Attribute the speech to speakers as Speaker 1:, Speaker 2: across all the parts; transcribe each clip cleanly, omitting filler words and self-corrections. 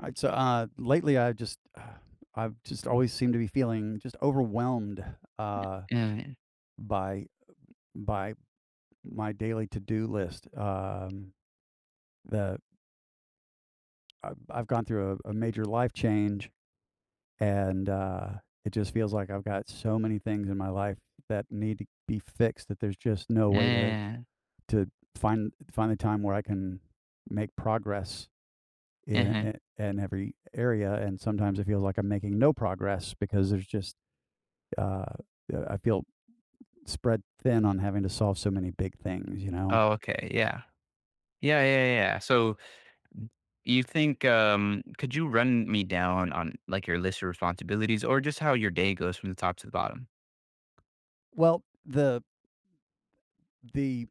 Speaker 1: Alright, so, lately, I've just always seemed to be feeling just overwhelmed, uh,
Speaker 2: Yeah,
Speaker 1: by by my daily to-do list. The I've gone through a major life change, and, it just feels like I've got so many things in my life that need to be fixed that there's just no way to
Speaker 2: yeah,
Speaker 1: to find the time where I can make progress in
Speaker 2: mhm.
Speaker 1: in in every area, and sometimes it feels like I'm making no progress because there's just uh, I feel spread thin on having to solve so many big things.
Speaker 2: Oh, okay, yeah. Yeah, yeah, yeah. So, mm, you think, could you run me down on, like, your list of responsibilities or just how your day goes from the top to the bottom?
Speaker 1: Well, the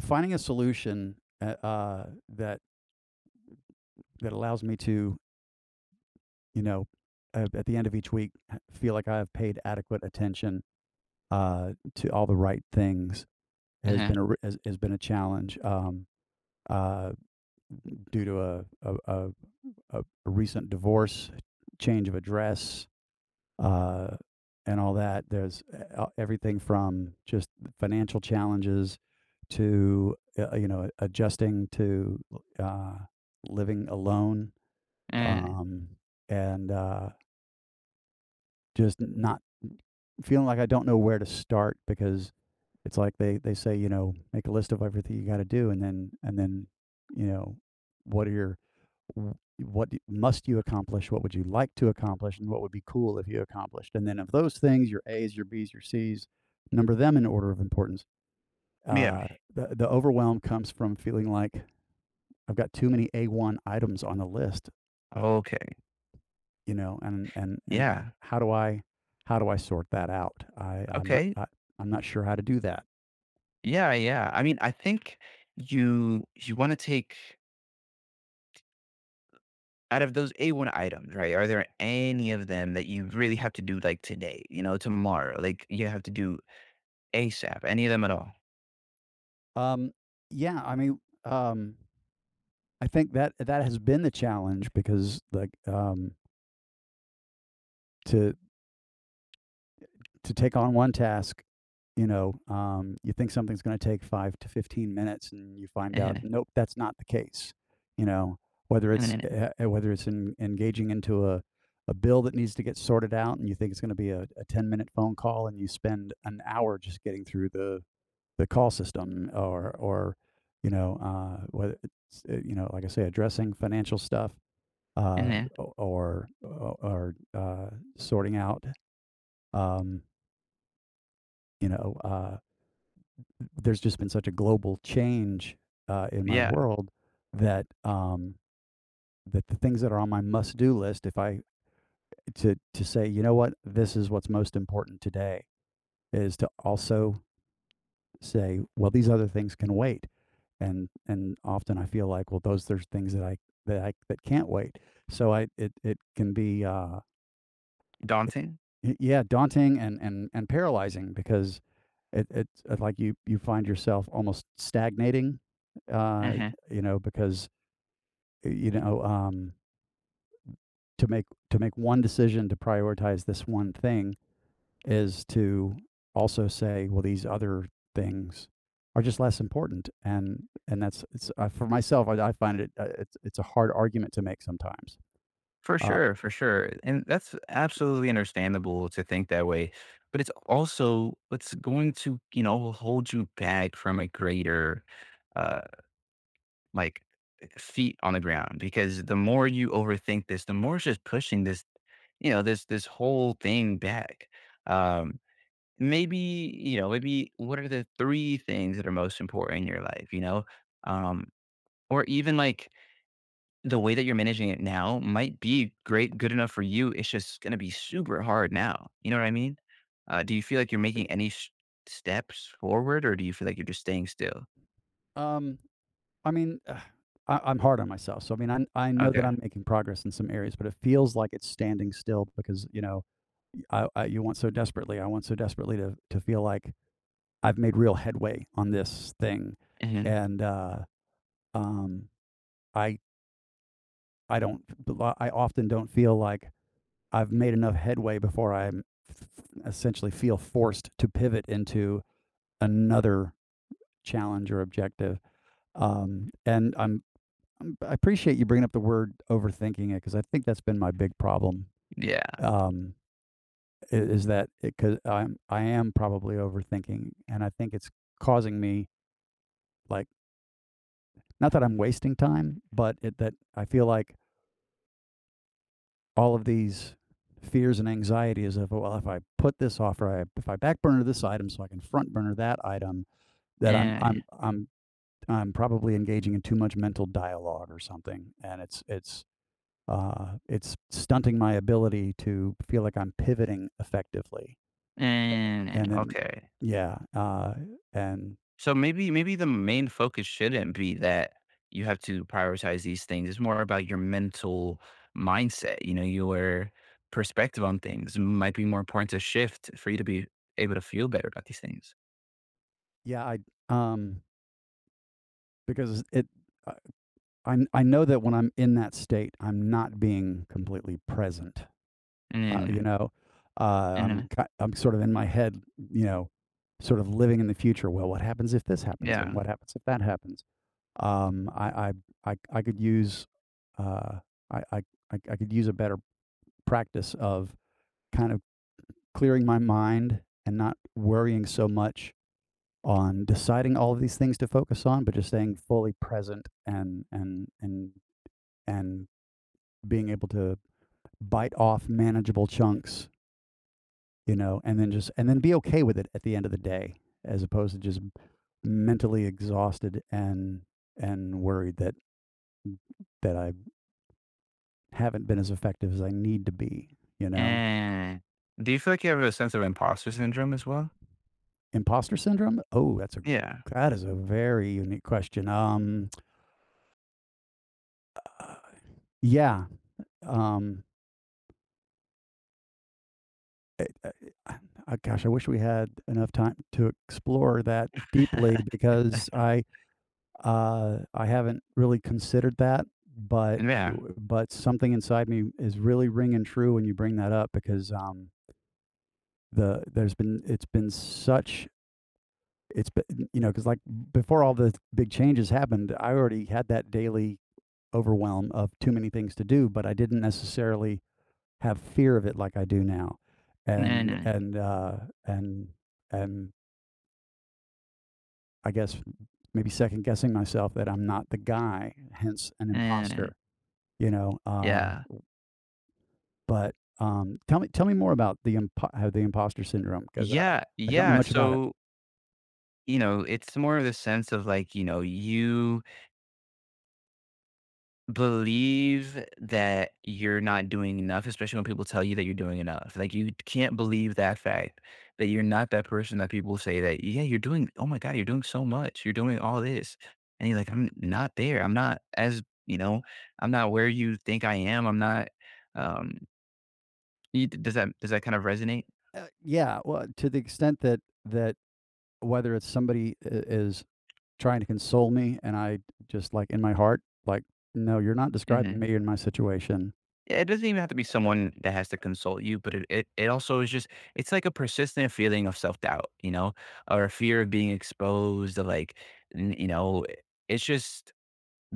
Speaker 1: finding a solution that allows me to, you know, at the end of each week, feel like I have paid adequate attention to all the right things has
Speaker 2: Uh-huh.
Speaker 1: been a has, has been a challenge. Uh, Due to a, a, a recent divorce, change of address, uh, and all that. There's everything from just financial challenges to adjusting to uh, living alone,
Speaker 2: Uh.
Speaker 1: um, and just not feeling like I don't know where to start because it's like they say make a list of everything you got to do and then you know what are your w- must you accomplish, what would you like to accomplish, and what would be cool if you accomplished, and then of those things your A's, your B's, your C's, number them in order of importance.
Speaker 2: Yeah.
Speaker 1: The overwhelm comes from feeling like I've got too many A1 items on the list
Speaker 2: Okay,
Speaker 1: you know, And h
Speaker 2: yeah,
Speaker 1: how do I sort that out? I I'm not
Speaker 2: okay.
Speaker 1: I I'm not sure how to do that.
Speaker 2: Yeah, yeah. I mean, I think you wanna take out of those A1 items, right, are there any of them that you really have to do, like, today, you know, tomorrow, like, you have to do ASAP, any of them at all?
Speaker 1: Um, yeah, I mean, I think that has been the challenge because, like, to take on one task. You think something's going to take 5 to 15 minutes and you find
Speaker 2: Uh
Speaker 1: out,
Speaker 2: huh.
Speaker 1: nope, that's not the case. You know,
Speaker 2: Uh-huh.
Speaker 1: whether it's en engaging into a bill that needs to get sorted out, and you think it's gonna be a 10-minute phone call and you spend an hour just getting through the call system or, whether it's, like I say, addressing financial stuff, uh, o or, sorting out, um, you know, uh there's just been such a global change in my
Speaker 2: Yeah,
Speaker 1: world, that um, that the things that are on my must-do list, if I to say, you know what, this is what's most important today, is to also say, well, these other things can wait, and often I feel like, well, those there's things that can't wait. So I it it can be,
Speaker 2: daunting.
Speaker 1: Y yeah, daunting, and and paralyzing because it's, like you find yourself almost stagnating, uh,
Speaker 2: Mhm.
Speaker 1: because, y you know, um, to make to make one decision to prioritize this one thing, is to also say, well, these other things are just less important, and that's it's for myself. I find it, it's a hard argument to make sometimes. Uh,
Speaker 2: For sure, and that's absolutely understandable to think that way, but it's also it's going to, you know, hold you back from a greater, uh, like, feet on the ground because the more you overthink this, the more it's just pushing this, you know, this whole thing back. Um, Maybe, you know, maybe what are the three things that are most important in your life, you know? Um, or even, like, the way that you're managing it now might be great good enough for you, it's just gonna be super hard now, you know what I mean? Do you feel like you're making
Speaker 1: I
Speaker 2: any sh steps forward, or do you feel like you're just staying still?
Speaker 1: Um, I mean, ugh, I'm hard on myself, so, I mean, I know that
Speaker 2: Okay.
Speaker 1: I'm making progress in some areas, but it feels like it's standing still because, I want so desperately to feel like I've made real headway on this thing,
Speaker 2: Mhm.
Speaker 1: and, um, I I don't I often don't feel like I've made enough headway before I essentially feel forced to pivot into another challenge or objective. Um, and I'm, I appreciate you bringing up the word overthinking it because I think that's been my big problem.
Speaker 2: Yeah.
Speaker 1: Um, is that because I am probably overthinking, and I think it's causing me, like, not that I'm wasting time, but that I feel like all of these fears and anxieties of, well, if I put this off, if I back burner this item so I can front burner that item, that i'm
Speaker 2: And
Speaker 1: i'm i'm i'm probably engaging in too much mental dialogue or something, and it's stunting my ability to feel like I'm pivoting effectively.
Speaker 2: eh.
Speaker 1: and then
Speaker 2: okay.
Speaker 1: yeah uh, and
Speaker 2: So maybe maybe the main focus shouldn't be that you have to prioritize these things, it's more about your mental mindset, you know, your perspective on things might be more important to shift for you to be able to feel better about these things.
Speaker 1: yeah, I um because it I know that when I'm in that state I'm not being completely present. Uh, you
Speaker 2: Mm.
Speaker 1: know,
Speaker 2: And.
Speaker 1: I'm sort of in my head, you know, sort of living in the future. Well, what happens if this happens, and
Speaker 2: Yeah.
Speaker 1: what happens if that happens? Um, I I I I could use, uh, I I I could use a better practice of kind of clearing my mind and not worrying so much on deciding all of these things to focus on, but just staying fully present, and and being able to bite off manageable chunks, and then be okay with it at the end of the day, as opposed to just mentally exhausted and worried that I haven't been as effective as I need to be.
Speaker 2: And. Do you feel like you have a sense of imposter syndrome as well?
Speaker 1: Imposter syndrome? Oh, that's a
Speaker 2: Yeah.
Speaker 1: that is a very unique question. Yeah. Um, uh, Gosh, I wish we had enough time to explore that deeply because I haven't really considered that,
Speaker 2: Yeah.
Speaker 1: but something inside me is really ringing true when you bring that up because, the there's been it's been such it's been you know because like before all the big changes happened, I already had that daily overwhelm of too many things to do, but I didn't necessarily have fear of it like I do now, and
Speaker 2: Mm,
Speaker 1: and and I guess maybe second guessing myself that I'm not the guy, hence an
Speaker 2: mm,
Speaker 1: imposter you know, uh,
Speaker 2: yeah.
Speaker 1: but tell me more about how the imposter syndrome, because
Speaker 2: Yeah,
Speaker 1: I don't know
Speaker 2: yeah,
Speaker 1: much about it.
Speaker 2: so, you know, it's more of the sense of, like, you know, you believe that you're not doing enough, especially when people tell you that you're doing enough. Like, you can't believe that fact that you're not that person that people say that, "Yeah, you're doing oh my god, you're doing so much. You're doing all this." And you're like, "I'm not there. I'm not as you know, I'm not where you think I am. I'm not." um, you does that kind of resonate?
Speaker 1: Yeah, well, to the extent that that whether it's somebody is trying to console me and I just, like, in my heart, like, no, you're not describing
Speaker 2: Mhm.
Speaker 1: me in my situation,
Speaker 2: Yeah, it doesn't even have to be
Speaker 1: uh,
Speaker 2: someone that has to consult you, but it also is just, it's like a persistent feeling of self doubt, you know, or a fear of being exposed, of like, you know, it's just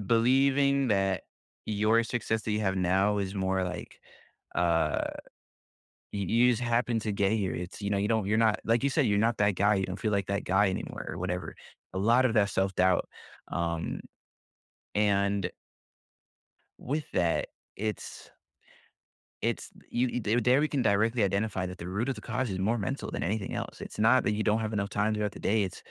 Speaker 2: believing that your success that you have now is more like, uh, you, you just happen to get here. It's, you know, you don't, you're not, like you said, you're not that guy. You don't feel like that guy anymore or whatever. A lot of that self doubt. Um, and with that, it's, It's you you there we can directly identify that the root of the cause is more mental than anything else. It's not that you don't have enough time throughout the day, it's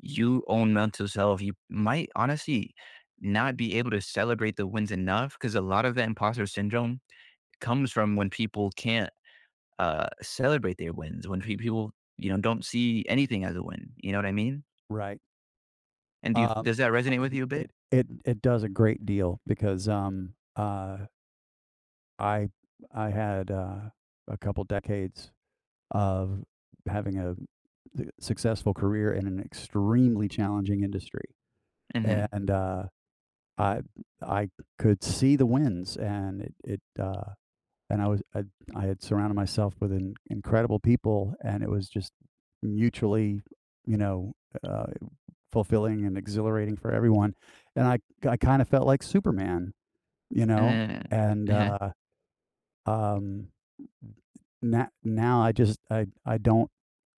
Speaker 2: you own mental self. You might honestly not be able to celebrate the wins enough because a lot of the imposter syndrome comes from when people can't, celebrate their wins, when pe people, you know, don't see anything as a win, you know what I mean?
Speaker 1: right?
Speaker 2: And do you
Speaker 1: Um,
Speaker 2: does that resonate with you a bit?
Speaker 1: it does a great deal because, I I had, a couple decades of having a successful career in an extremely challenging industry.
Speaker 2: Mhm.
Speaker 1: And I I could see the wins, and it and I was I had surrounded myself with incredible people, and it was just mutually, you know, uh, fulfilling and exhilarating for everyone. And I kind of felt like Superman, you know,
Speaker 2: Mhm.
Speaker 1: and
Speaker 2: Mhm.
Speaker 1: um, now I just I don't.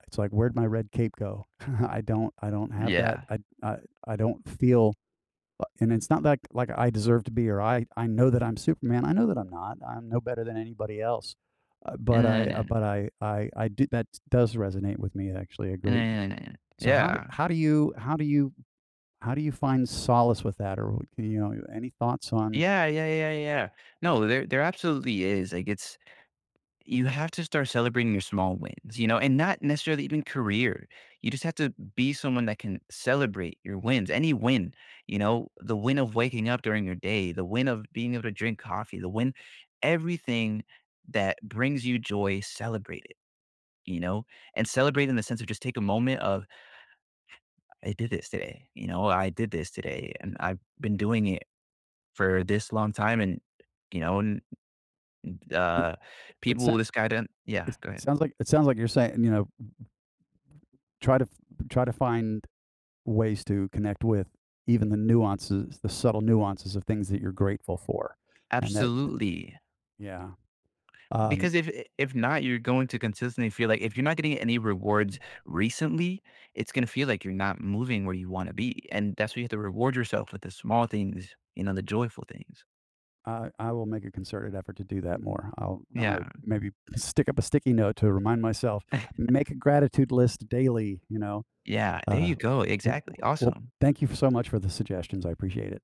Speaker 1: It's like, where'd my red cape go? I don't have that.
Speaker 2: Yeah.
Speaker 1: I, I don't feel, and it's not like I deserve to be, or I know that I'm Superman. I know that I'm not. I'm no better than anybody else.
Speaker 2: Mm-hmm.
Speaker 1: But I do That does resonate with me, actually, a great deal.
Speaker 2: Mm-hmm.
Speaker 1: So
Speaker 2: Yeah.
Speaker 1: how do you find solace with that, or, any thoughts on?
Speaker 2: Yeah, yeah, yeah, yeah. No, there absolutely is. Like it's you have to start celebrating your small wins, you know, and not necessarily even career. You just have to be someone that can celebrate your wins. Any win, you know, the win of waking up during your day, the win of being able to drink coffee, the win everything that brings you joy, celebrate it, you know? And celebrate in the sense of just take a moment of I did this today, you know, I did this today and I've been doing it for this long time and you know,
Speaker 1: It,
Speaker 2: Uh,
Speaker 1: it,
Speaker 2: people
Speaker 1: sa-
Speaker 2: this guy didn't yeah, go ahead.
Speaker 1: it sounds like you're saying, try to try to find ways to connect with even the nuances, the subtle nuances of things that you're grateful for. And that,
Speaker 2: Absolutely.
Speaker 1: yeah, um,
Speaker 2: Because if not, you're going to consistently feel like if you're not getting any rewards recently, it's gonna feel like you're not moving where you wanna be. And that's where you have to reward yourself with the small things, you know, the joyful things.
Speaker 1: I will make a concerted effort to do that more. I'm going
Speaker 2: Yeah.
Speaker 1: to maybe stick up a sticky note to remind myself, make a gratitude list daily.
Speaker 2: Yeah, there
Speaker 1: Uh,
Speaker 2: you go. Exactly.
Speaker 1: well,
Speaker 2: Awesome.
Speaker 1: thank you so much for the suggestions. I appreciate it.